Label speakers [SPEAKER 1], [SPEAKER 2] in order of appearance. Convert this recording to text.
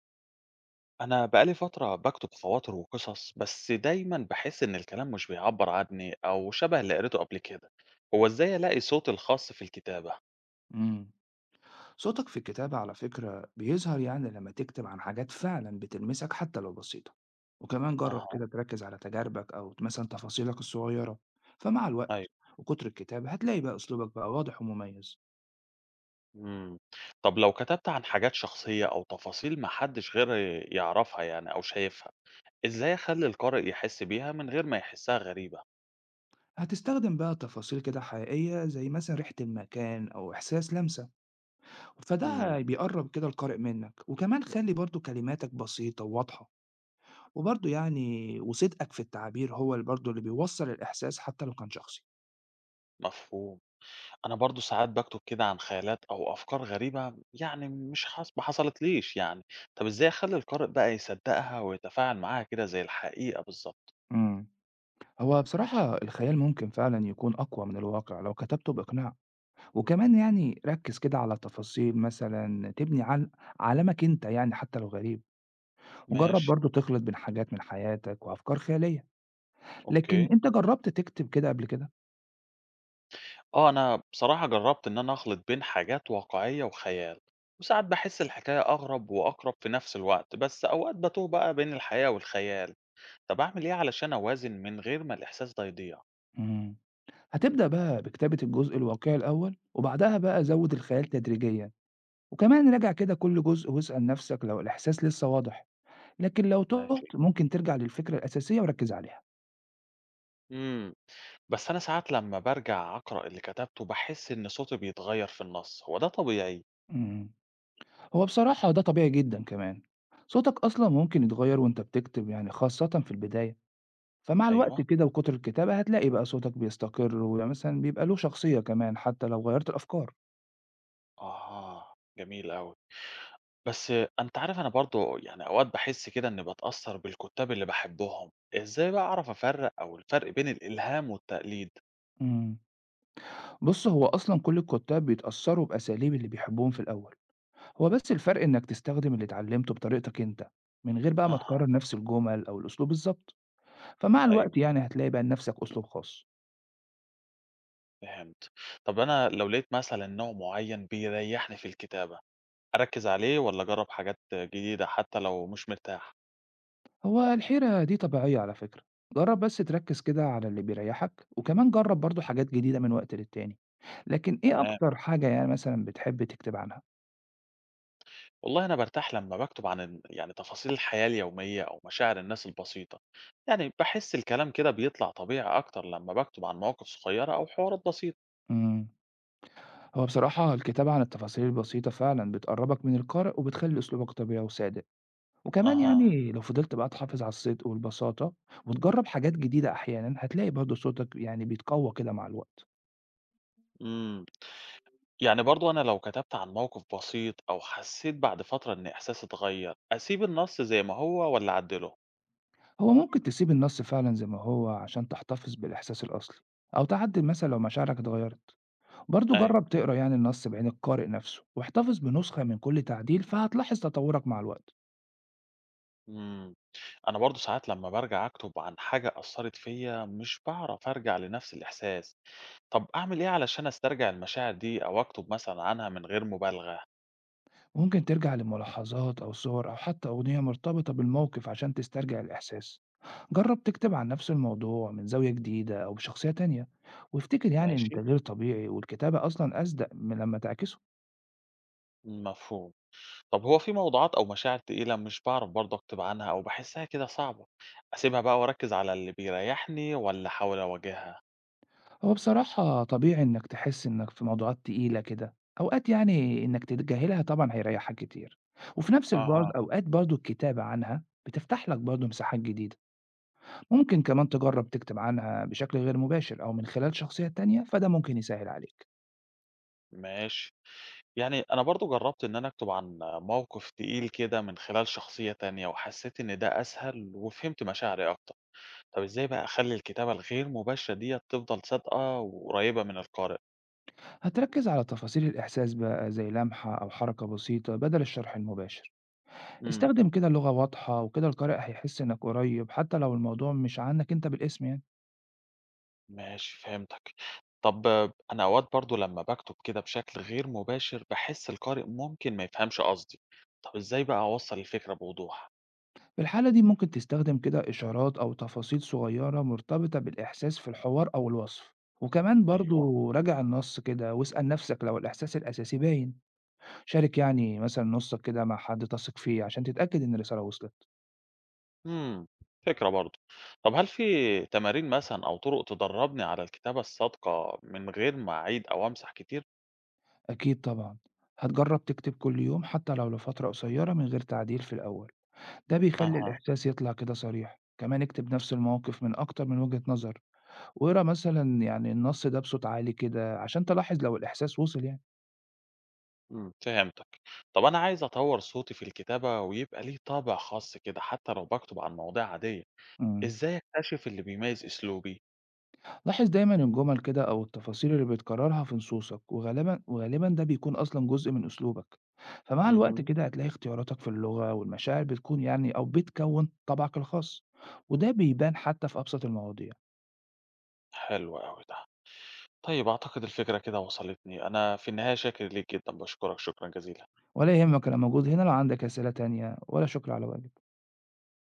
[SPEAKER 1] أنا بقالي فترة باكتب خواطر وقصص، بس دايما بحس إن الكلام مش بيعبر عني أو شبه اللي قريته قبل كده. هو إزاي ألاقي صوتي الخاص في الكتابة؟
[SPEAKER 2] امم صوتك في الكتابة على فكرة بيظهر، يعني لما تكتب عن حاجات فعلا بتلمسك حتى لو بسيطة. وكمان جرب
[SPEAKER 1] أها.
[SPEAKER 2] كده تركز على تجاربك أو مثلا تفاصيلك الصغيرة، فمع الوقت
[SPEAKER 1] أيوة.
[SPEAKER 2] وكتر الكتاب هتلاقي بقى أسلوبك بقى واضح ومميز.
[SPEAKER 1] مم. طب لو كتبت عن حاجات شخصية أو تفاصيل محدش غيري يعرفها يعني أو شايفها، إزاي أخلي القارئ يحس بيها من غير ما يحسها غريبة؟
[SPEAKER 2] هتستخدم بقى تفاصيل كده حقيقية زي مثلا ريحة المكان أو إحساس لمسة،
[SPEAKER 1] مم.
[SPEAKER 2] فده بيقرب كده القارئ منك. وكمان خلي برضو كلماتك بسيطة وواضحة، وبرضو يعني وصدقك في التعبير هو اللي برضو اللي بيوصل الإحساس حتى لو كان شخصي.
[SPEAKER 1] مفهوم. أنا برضه ساعات باكتب كده عن خيالات أو أفكار غريبة، يعني مش حص... ما حصلتليش يعني. طب إزاي أخلي القارئ بقى يصدقها ويتفاعل معاها كده زي الحقيقة بالظبط؟
[SPEAKER 2] امم هو بصراحة الخيال ممكن فعلا يكون أقوى من الواقع لو كتبته بإقناع. وكمان يعني ركز كده على تفاصيل، مثلا عالمك أنت يعني حتى لو غريب. وجرب
[SPEAKER 1] ماشي.
[SPEAKER 2] برضو تخلط بين حاجات من حياتك وأفكار خيالية. لكن
[SPEAKER 1] أوكي.
[SPEAKER 2] أنت جربت تكتب كده قبل كده؟
[SPEAKER 1] أه، أنا بصراحة جربت إن أنا أخلط بين حاجات واقعية وخيال، وساعات بحس الحكاية أغرب وأقرب في نفس الوقت، بس أوقات بتوه بقى بين الحقيقة والخيال. طب أعمل إيه علشان أوازن من غير ما الإحساس ده يضيع؟
[SPEAKER 2] مم. هتبدأ بقى بكتابة الجزء الواقعي الأول، وبعدها بقى زود الخيال تدريجيا. وكمان راجع كده كل جزء واسأل نفسك لو الإحساس لسه واضح، لكن لو تهت
[SPEAKER 1] ماشي.
[SPEAKER 2] ممكن ترجع للفكرة الأساسية وركز عليها.
[SPEAKER 1] امم بس أنا ساعات لما بارجع أقرأ اللي كتبته، باحس إن صوتي بيتغير في النص، هو ده طبيعي؟
[SPEAKER 2] مم. هو بصراحة ده طبيعي جدًا كمان، صوتك أصلًا ممكن يتغير وأنت بتكتب يعني خاصةً في البداية، فمع الوقت
[SPEAKER 1] أيوه،
[SPEAKER 2] كده وكتر الكتابة هتلاقي بقى صوتك بيستقر ومثلًا بيبقى له شخصية كمان حتى لو غيّرت الأفكار.
[SPEAKER 1] آه، جميل أوي. بس أنت عارف، أنا برضه يعني أوقات باحس كده إني باتأثر بالكتاب اللي باحبهم، إزاي بقى أعرف أفرق أو الفرق بين الإلهام والتقليد؟
[SPEAKER 2] إمم، بُص هو أصلًا كل الكتاب بيتأثروا بأساليب اللي بيحبوهم في الأول، هو بس الفرق إنك تستخدم اللي اتعلمته بطريقتك أنت، من غير بقى ما
[SPEAKER 1] أها.
[SPEAKER 2] تكرر نفس الجمل أو الأسلوب بالضبط، فمع
[SPEAKER 1] أيوه،
[SPEAKER 2] الوقت يعني هتلاقي بقى لنفسك أسلوب خاص.
[SPEAKER 1] فهمت. طب أنا لو لقيت مثلًا نوع معين بيريحني في الكتابة، أركز عليه ولا أجرب حاجات جديدة حتى لو مش مرتاح؟
[SPEAKER 2] هو الحيرة دي طبيعية على فكرة. جرب بس تركز كده على اللي بيريحك، وكمان جرب برضو حاجات جديدة من وقت للتاني. لكن ايه
[SPEAKER 1] تمام.
[SPEAKER 2] اكتر حاجة يعني مثلا بتحب تكتب عنها؟
[SPEAKER 1] والله أنا بارتاح لمّا باكتب عن ال يعني تفاصيل الحياة اليومية أو مشاعر الناس البسيطة، يعني باحس الكلام كده بيطلع طبيعي أكتر لمّا باكتب عن مواقف صغيرة أو حوارات بسيطة.
[SPEAKER 2] امم هو بصراحة الكتابة عن التفاصيل البسيطة فعلا بتقربك من القارئ وبتخلي اسلوبك طبيعي وصادق. وكمان
[SPEAKER 1] أها.
[SPEAKER 2] يعني لو فضلت بقى تحافظ على الصدق والبساطة وتجرب حاجات جديدة احيانا، هتلاقي برضو صوتك يعني بيتقوى كده مع الوقت.
[SPEAKER 1] إمم، يعني برضه أنا لو كتبت عن موقف بسيط أو حسيت بعد فترة إن إحساسي اتغير، أسيب النص زي ما هو والّا أعدله؟
[SPEAKER 2] هو ممكن تسيب النص فعلا زي ما هو عشان تحتفظ بالاحساس الاصلي، او تعدل مثلا لو مشاعرك اتغيرت. برضه
[SPEAKER 1] أيوه.
[SPEAKER 2] جرب تقرا يعني النص بعين القارئ نفسه، واحتفظ بنسخة من كل تعديل فهتلاحظ تطورك مع الوقت.
[SPEAKER 1] إمم، أنا برضه ساعات لمّا بارجع أكتب عن حاجة أثّرت فيّا مش باعرف أرجع لنفس الإحساس. طب أعمل إيه علشان أسترجع المشاعر دي أو أكتب مثلًا عنها من غير مبالغة؟
[SPEAKER 2] ممكن ترجع لملاحظات أو صور أو حتى أغنية مرتبطة بالموقف عشان تسترجع الإحساس. جرب تكتب عن نفس الموضوع من زاوية جديدة أو بشخصية تانية، وافتكر يعني إن
[SPEAKER 1] ماشي،
[SPEAKER 2] التغيير طبيعي والكتابة أصلا أصدق من لما تعكسه.
[SPEAKER 1] مفهوم. طب هو في موضوعات أو مشاعر تقيلة مش باعرف برضه أكتب عنها أو باحسّها كده صعبة، أسيبها بقى وأركّز على اللي بيريّحني والّا أحاول أواجهها؟
[SPEAKER 2] هو بصراحة طبيعي إنك تحس إنك في موضوعات تقيلة كده. أوقات يعني إنك تتجاهلها طبعا هيريحك كتير، وفي نفس الوقت
[SPEAKER 1] أها.
[SPEAKER 2] أوقات برضه الكتابة عنها بتفتح لك برضه مساحات جديدة. ممكن كمان تجرب تكتب عنها بشكل غير مباشر أو من خلال شخصية تانية، فده ممكن يسهل عليك.
[SPEAKER 1] ماشي. يعني أنا برضه جرّبت إن أنا أكتب عن موقف تقيل كده من خلال شخصية تانية وحسّيت إن ده أسهل وفهمت مشاعري أكتر. طب إزاي بقى أخلّي الكتابة الغير مباشرة ديّة تفضل صادقة وقريّبة من القارئ؟
[SPEAKER 2] هتركز على تفاصيل الإحساس بقى زي لمحة أو حركة بسيطة بدل الشرح المباشر.
[SPEAKER 1] إمم.
[SPEAKER 2] استخدم كده لغة واضحة وكده القارئ هيحس إنك قريب حتى لو الموضوع مش عنك أنت بالاسم يعني.
[SPEAKER 1] ماشي، فهمتك. طب أنا أوقات برضه لمّا باكتب كده بشكل غير مباشر باحس القارئ ممكن ما يفهمش قصدي. طب إزاي بقى أوصّل الفكرة بوضوح؟
[SPEAKER 2] في الحالة دي ممكن تستخدم كده إشارات أو تفاصيل صغيرة مرتبطة بالإحساس في الحوار أو الوصف. وكمان
[SPEAKER 1] أيوه،
[SPEAKER 2] برضو راجع النص كده واسأل نفسك لو الإحساس الأساسي باين. شارك يعني مثلا نصك كده مع حد تثق فيه عشان تتأكد إن الرسالة وصلت.
[SPEAKER 1] إمم، فكرة برضه. طب هل في تمارين مثلًا أو طرق تدرّبني على الكتابة الصادقة من غير ما أعيد أو أمسح كتير؟
[SPEAKER 2] أكيد طبعًا، هتجرّب تكتب كل يوم حتى لو لفترة قصيرة من غير تعديل في الأول، ده بيخلّي
[SPEAKER 1] أها،
[SPEAKER 2] الإحساس يطلع كده صريح. كمان اكتب نفس الموقف من أكتر من وجهة نظر، واقرا مثلًا يعني النص ده بصوت عالي كده عشان تلاحظ لو الإحساس وصل يعني.
[SPEAKER 1] إمم، فهمتك. طب أنا عايز أطوّر صوتي في الكتابة ويبقى ليه طابع خاص كده حتى لو باكتب عن مواضيع عادية،
[SPEAKER 2] إمم،
[SPEAKER 1] إزاي أكتشف اللي بيميز أسلوبي؟
[SPEAKER 2] لاحظ دايمًا الجمل كده أو التفاصيل اللي بتكررها في نصوصك، وغالبًا وغالبًا ده بيكون أصلًا جزء من أسلوبك، فمع الوقت
[SPEAKER 1] اهم،
[SPEAKER 2] كده هتلاقي اختياراتك في اللغة والمشاعر بتكون يعني أو بتكوّن طبعك الخاص، وده بيبان حتى في أبسط المواضيع.
[SPEAKER 1] حلو أوي ده. طيب أعتقد الفكرة كده وصلتني. أنا في النهاية شاكر ليك جدًا، باشكرك شكرًا جزيلًا.
[SPEAKER 2] ولا يهمك، أنا موجود هنا لو عندك أسئلة تانية، ولا شكر على واجب.